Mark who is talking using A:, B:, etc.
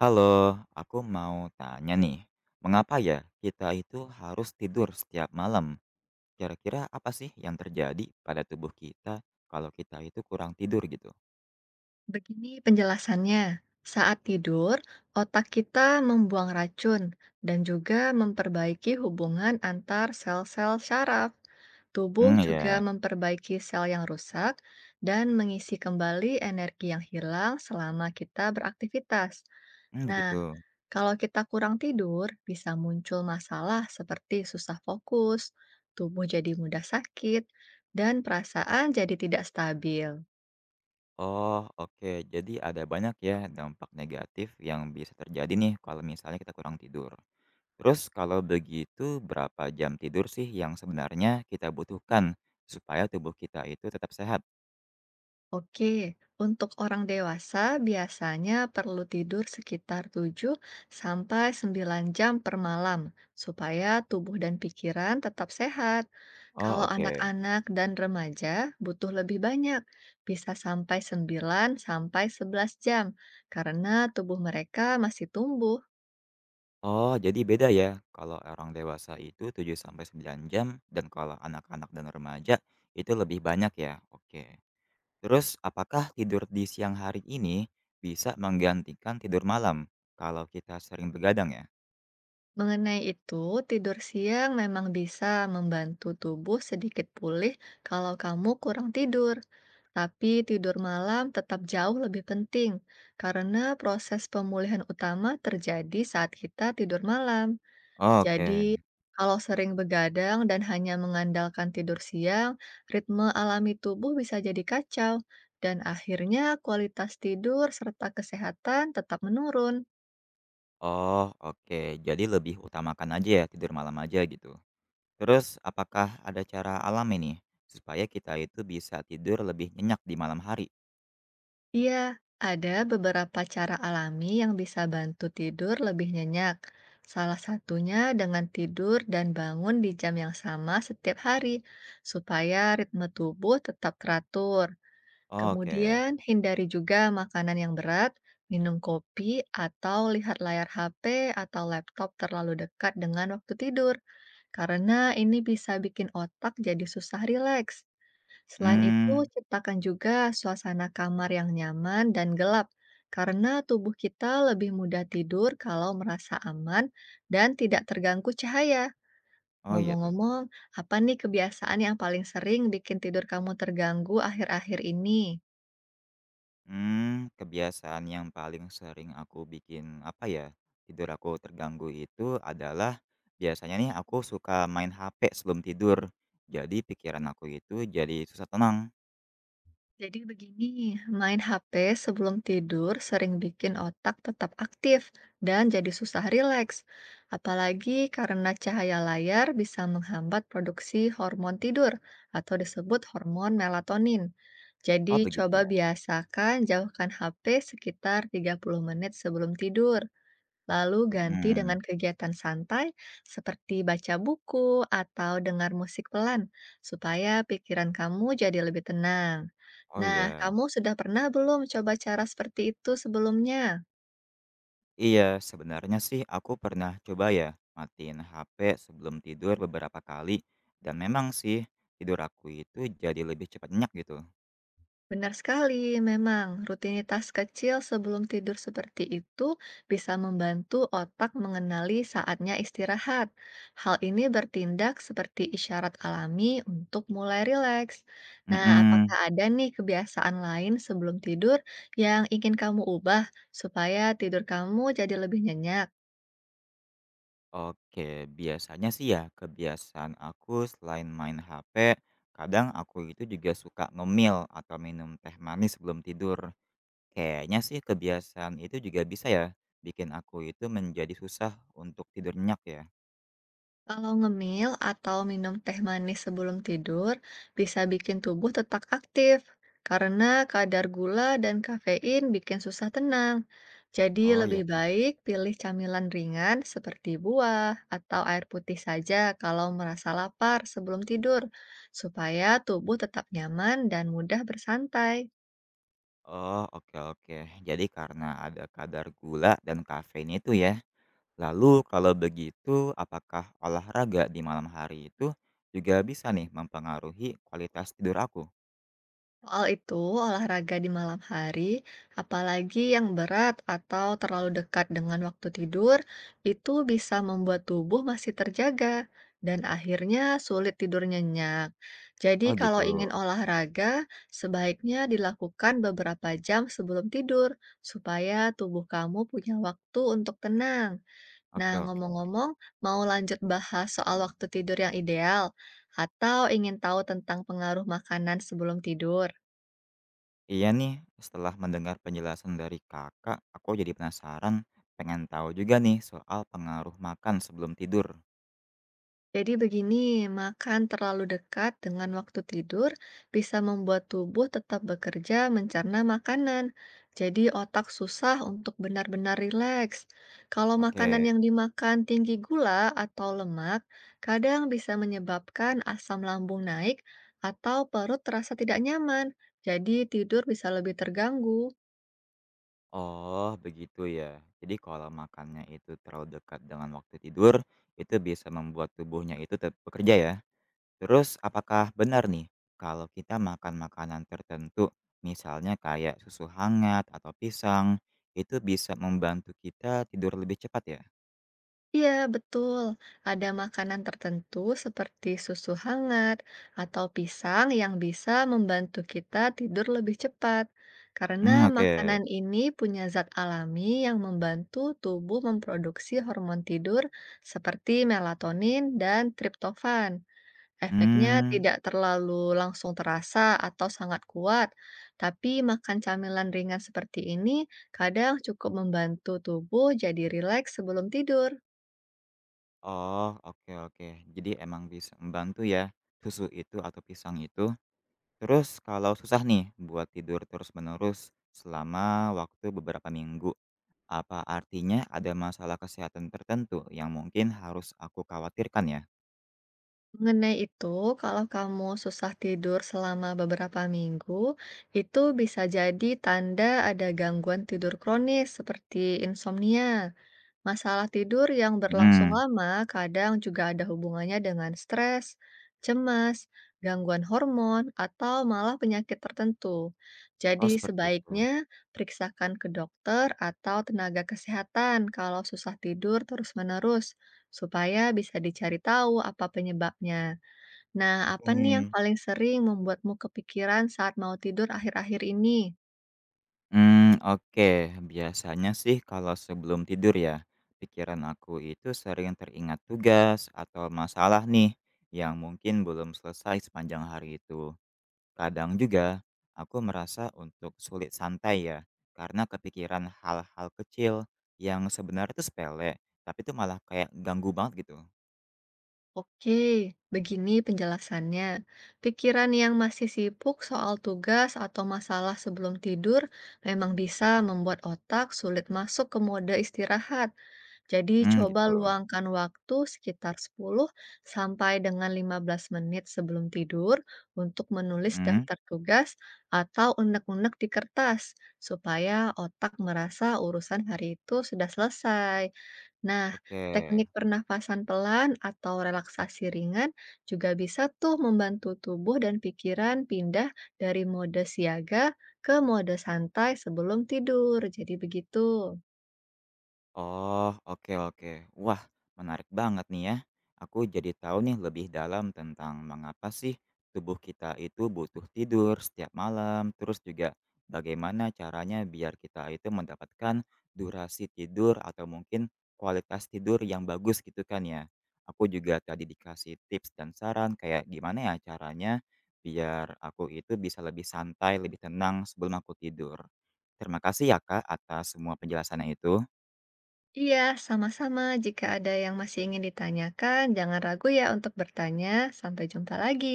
A: Halo, aku mau tanya nih, mengapa ya kita itu harus tidur setiap malam? Kira-kira apa sih yang terjadi pada tubuh kita kalau kita itu kurang tidur gitu?
B: Begini penjelasannya, saat tidur, otak kita membuang racun dan juga memperbaiki hubungan antar sel-sel syaraf. Tubuh
A: Hmm,
B: juga
A: ya,
B: memperbaiki sel yang rusak dan mengisi kembali energi yang hilang selama kita beraktivitas.
A: hmm,
B: Nah,
A: begitu.
B: kalau kita kurang tidur, bisa muncul masalah seperti susah fokus, tubuh jadi mudah sakit, dan perasaan jadi tidak stabil.
A: Oh, oke. Jadi ada banyak ya dampak negatif yang bisa terjadi nih kalau misalnya kita kurang tidur. Terus kalau begitu, berapa jam tidur sih yang sebenarnya kita butuhkan supaya tubuh kita itu tetap sehat?
B: Oke, untuk orang dewasa biasanya perlu tidur sekitar 7 sampai 9 jam per malam supaya tubuh dan pikiran tetap sehat.
A: Oh,
B: Kalau
A: oke.
B: anak-anak dan remaja butuh lebih banyak, bisa sampai 9 sampai 11 jam karena tubuh mereka masih tumbuh.
A: Oh, jadi beda ya. Kalau orang dewasa itu 7 sampai 9 jam dan kalau anak-anak dan remaja itu lebih banyak ya. Oke. Terus apakah tidur di siang hari ini bisa menggantikan tidur malam kalau kita sering begadang ya?
B: Mengenai itu, tidur siang memang bisa membantu tubuh sedikit pulih kalau kamu kurang tidur. Tapi tidur malam tetap jauh lebih penting karena proses pemulihan utama terjadi saat kita tidur malam. Jadi,
A: Oke.
B: kalau sering begadang dan hanya mengandalkan tidur siang, ritme alami tubuh bisa jadi kacau dan akhirnya kualitas tidur serta kesehatan tetap menurun.
A: Oh, oke. Jadi lebih utamakan aja ya tidur malam aja gitu. Terus apakah ada cara alami nih supaya kita itu bisa tidur lebih nyenyak di malam hari?
B: Iya, ada beberapa cara alami yang bisa bantu tidur lebih nyenyak. Salah satunya dengan tidur dan bangun di jam yang sama setiap hari, supaya ritme tubuh tetap teratur.
A: Oke.
B: Kemudian, hindari juga makanan yang berat, minum kopi, atau lihat layar HP atau laptop terlalu dekat dengan waktu tidur, karena ini bisa bikin otak jadi susah rileks. Selain itu,
A: Hmm.
B: ciptakan juga suasana kamar yang nyaman dan gelap, karena tubuh kita lebih mudah tidur kalau merasa aman dan tidak terganggu cahaya.
A: Oh iya tuh.
B: Ngomong-ngomong, apa nih kebiasaan yang paling sering bikin tidur kamu terganggu akhir-akhir ini?
A: Kebiasaan yang paling sering aku bikin, apa ya, tidur aku terganggu itu adalah biasanya nih aku suka main HP sebelum tidur. Jadi pikiran aku itu jadi susah tenang.
B: Jadi begini, main HP sebelum tidur sering bikin otak tetap aktif dan jadi susah rileks. Apalagi karena cahaya layar bisa menghambat produksi hormon tidur atau disebut hormon melatonin. Jadi
A: Oh begitu
B: coba
A: ya?
B: biasakan jauhkan HP sekitar 30 menit sebelum tidur. Lalu ganti dengan
A: Mhm.
B: kegiatan santai seperti baca buku atau dengar musik pelan, supaya pikiran kamu jadi lebih tenang.
A: Oh
B: Nah,
A: iya.
B: kamu sudah pernah belum coba cara seperti itu sebelumnya?
A: Iya, sebenarnya sih aku pernah coba ya matiin HP sebelum tidur beberapa kali dan memang sih tidur aku itu jadi lebih cepat nyenyak gitu.
B: Benar sekali, memang rutinitas kecil sebelum tidur seperti itu bisa membantu otak mengenali saatnya istirahat. Hal ini bertindak seperti isyarat alami untuk mulai rileks. Nah,
A: Mhm.
B: apakah ada nih kebiasaan lain sebelum tidur yang ingin kamu ubah supaya tidur kamu jadi lebih nyenyak?
A: Oke, biasanya sih ya kebiasaan aku selain main HP, kadang aku itu juga suka ngemil atau minum teh manis sebelum tidur. Kayaknya sih kebiasaan itu juga bisa ya bikin aku itu menjadi susah untuk tidur nyenyak ya.
B: Kalau ngemil atau minum teh manis sebelum tidur bisa bikin tubuh tetap aktif karena kadar gula dan kafein bikin susah tenang. Jadi
A: Oh
B: lebih
A: ya Kak.
B: baik pilih camilan ringan seperti buah atau air putih saja kalau merasa lapar sebelum tidur, supaya tubuh tetap nyaman dan mudah bersantai.
A: Oh, oke, oke. Jadi karena ada kadar gula dan kafein itu ya. Lalu kalau begitu apakah olahraga di malam hari itu juga bisa nih mempengaruhi kualitas tidur aku?
B: Soal itu, olahraga di malam hari, apalagi yang berat atau terlalu dekat dengan waktu tidur, itu bisa membuat tubuh masih terjaga dan akhirnya sulit tidur nyenyak. Jadi,
A: Oh
B: kalau ingin
A: gitu.
B: olahraga, sebaiknya dilakukan beberapa jam sebelum tidur supaya tubuh kamu punya waktu untuk tenang. Nah,
A: Oke, oke.
B: ngomong-ngomong, mau lanjut bahas soal waktu tidur yang ideal atau ingin tahu tentang pengaruh makanan sebelum tidur?
A: Iya nih, setelah mendengar penjelasan dari kakak, aku jadi penasaran, pengen tahu juga nih soal pengaruh makan sebelum tidur.
B: Jadi begini, makan terlalu dekat dengan waktu tidur bisa membuat tubuh tetap bekerja mencerna makanan. Jadi otak susah untuk benar-benar rileks. Kalau makanan yang
A: Oke,
B: dimakan tinggi gula atau lemak, kadang bisa menyebabkan asam lambung naik atau perut terasa tidak nyaman. Jadi tidur bisa lebih terganggu.
A: oh begitu ya. Jadi kalau makannya itu terlalu dekat dengan waktu tidur, itu bisa membuat tubuhnya itu tetap bekerja ya. Terus apakah benar nih kalau kita makan makanan tertentu, misalnya kayak susu hangat atau pisang, itu bisa membantu kita tidur lebih cepat ya?
B: Iya, betul. Ada makanan tertentu seperti susu hangat atau pisang yang bisa membantu kita tidur lebih cepat, karena
A: Hmm, oke.
B: makanan ini punya zat alami yang membantu tubuh memproduksi hormon tidur seperti melatonin dan triptofan. Efeknya
A: Hmm.
B: tidak terlalu langsung terasa atau sangat kuat, tapi makan camilan ringan seperti ini kadang cukup membantu tubuh jadi rileks sebelum tidur.
A: Oh, oke, oke. Jadi emang bisa membantu ya, susu itu atau pisang itu. Terus kalau susah nih buat tidur terus-menerus selama waktu beberapa minggu, apa artinya ada masalah kesehatan tertentu yang mungkin harus aku khawatirkan ya?
B: Mengenai itu, kalau kamu susah tidur selama beberapa minggu, itu bisa jadi tanda ada gangguan tidur kronis seperti insomnia. Masalah tidur yang berlangsung
A: hmm
B: lama kadang juga ada hubungannya dengan stres, cemas, gangguan hormon, atau malah penyakit tertentu.
A: Oh,
B: Jadi
A: seperti itu.
B: sebaiknya periksakan ke dokter atau tenaga kesehatan kalau susah tidur terus-menerus, supaya bisa dicari tahu apa penyebabnya. Nah, apa nih yang
A: Hmm,
B: paling sering membuatmu kepikiran saat mau tidur akhir-akhir ini?
A: hmm, oke. Biasanya sih kalau sebelum tidur ya, pikiran aku itu sering teringat tugas atau masalah nih yang mungkin belum selesai sepanjang hari itu. Kadang juga, aku merasa untuk sulit santai ya, karena kepikiran hal-hal kecil yang sebenarnya itu sepele, tapi itu malah kayak ganggu banget gitu.
B: Oke, begini penjelasannya. Pikiran yang masih sibuk soal tugas atau masalah sebelum tidur memang bisa membuat otak sulit masuk ke mode istirahat. Jadi
A: Mmm,
B: coba
A: gitu.
B: Luangkan waktu sekitar 10 sampai dengan 15 menit sebelum tidur untuk menulis
A: Mhm,
B: daftar tugas atau unek-unek di kertas supaya otak merasa urusan hari itu sudah selesai. Nah,
A: oke.
B: teknik pernafasan pelan atau relaksasi ringan juga bisa tuh membantu tubuh dan pikiran pindah dari mode siaga ke mode santai sebelum tidur. Jadi begitu.
A: Oh, oke, oke. Wah, menarik banget nih ya. Aku jadi tahu nih lebih dalam tentang mengapa sih tubuh kita itu butuh tidur setiap malam, terus juga bagaimana caranya biar kita itu mendapatkan durasi tidur atau mungkin kualitas tidur yang bagus gitu kan ya. Aku juga tadi dikasih tips dan saran kayak gimana ya caranya biar aku itu bisa lebih santai, lebih tenang sebelum aku tidur. Terima kasih ya Kak atas semua penjelasannya itu.
B: Iya, sama-sama. Jika ada yang masih ingin ditanyakan, jangan ragu ya untuk bertanya. Sampai jumpa lagi.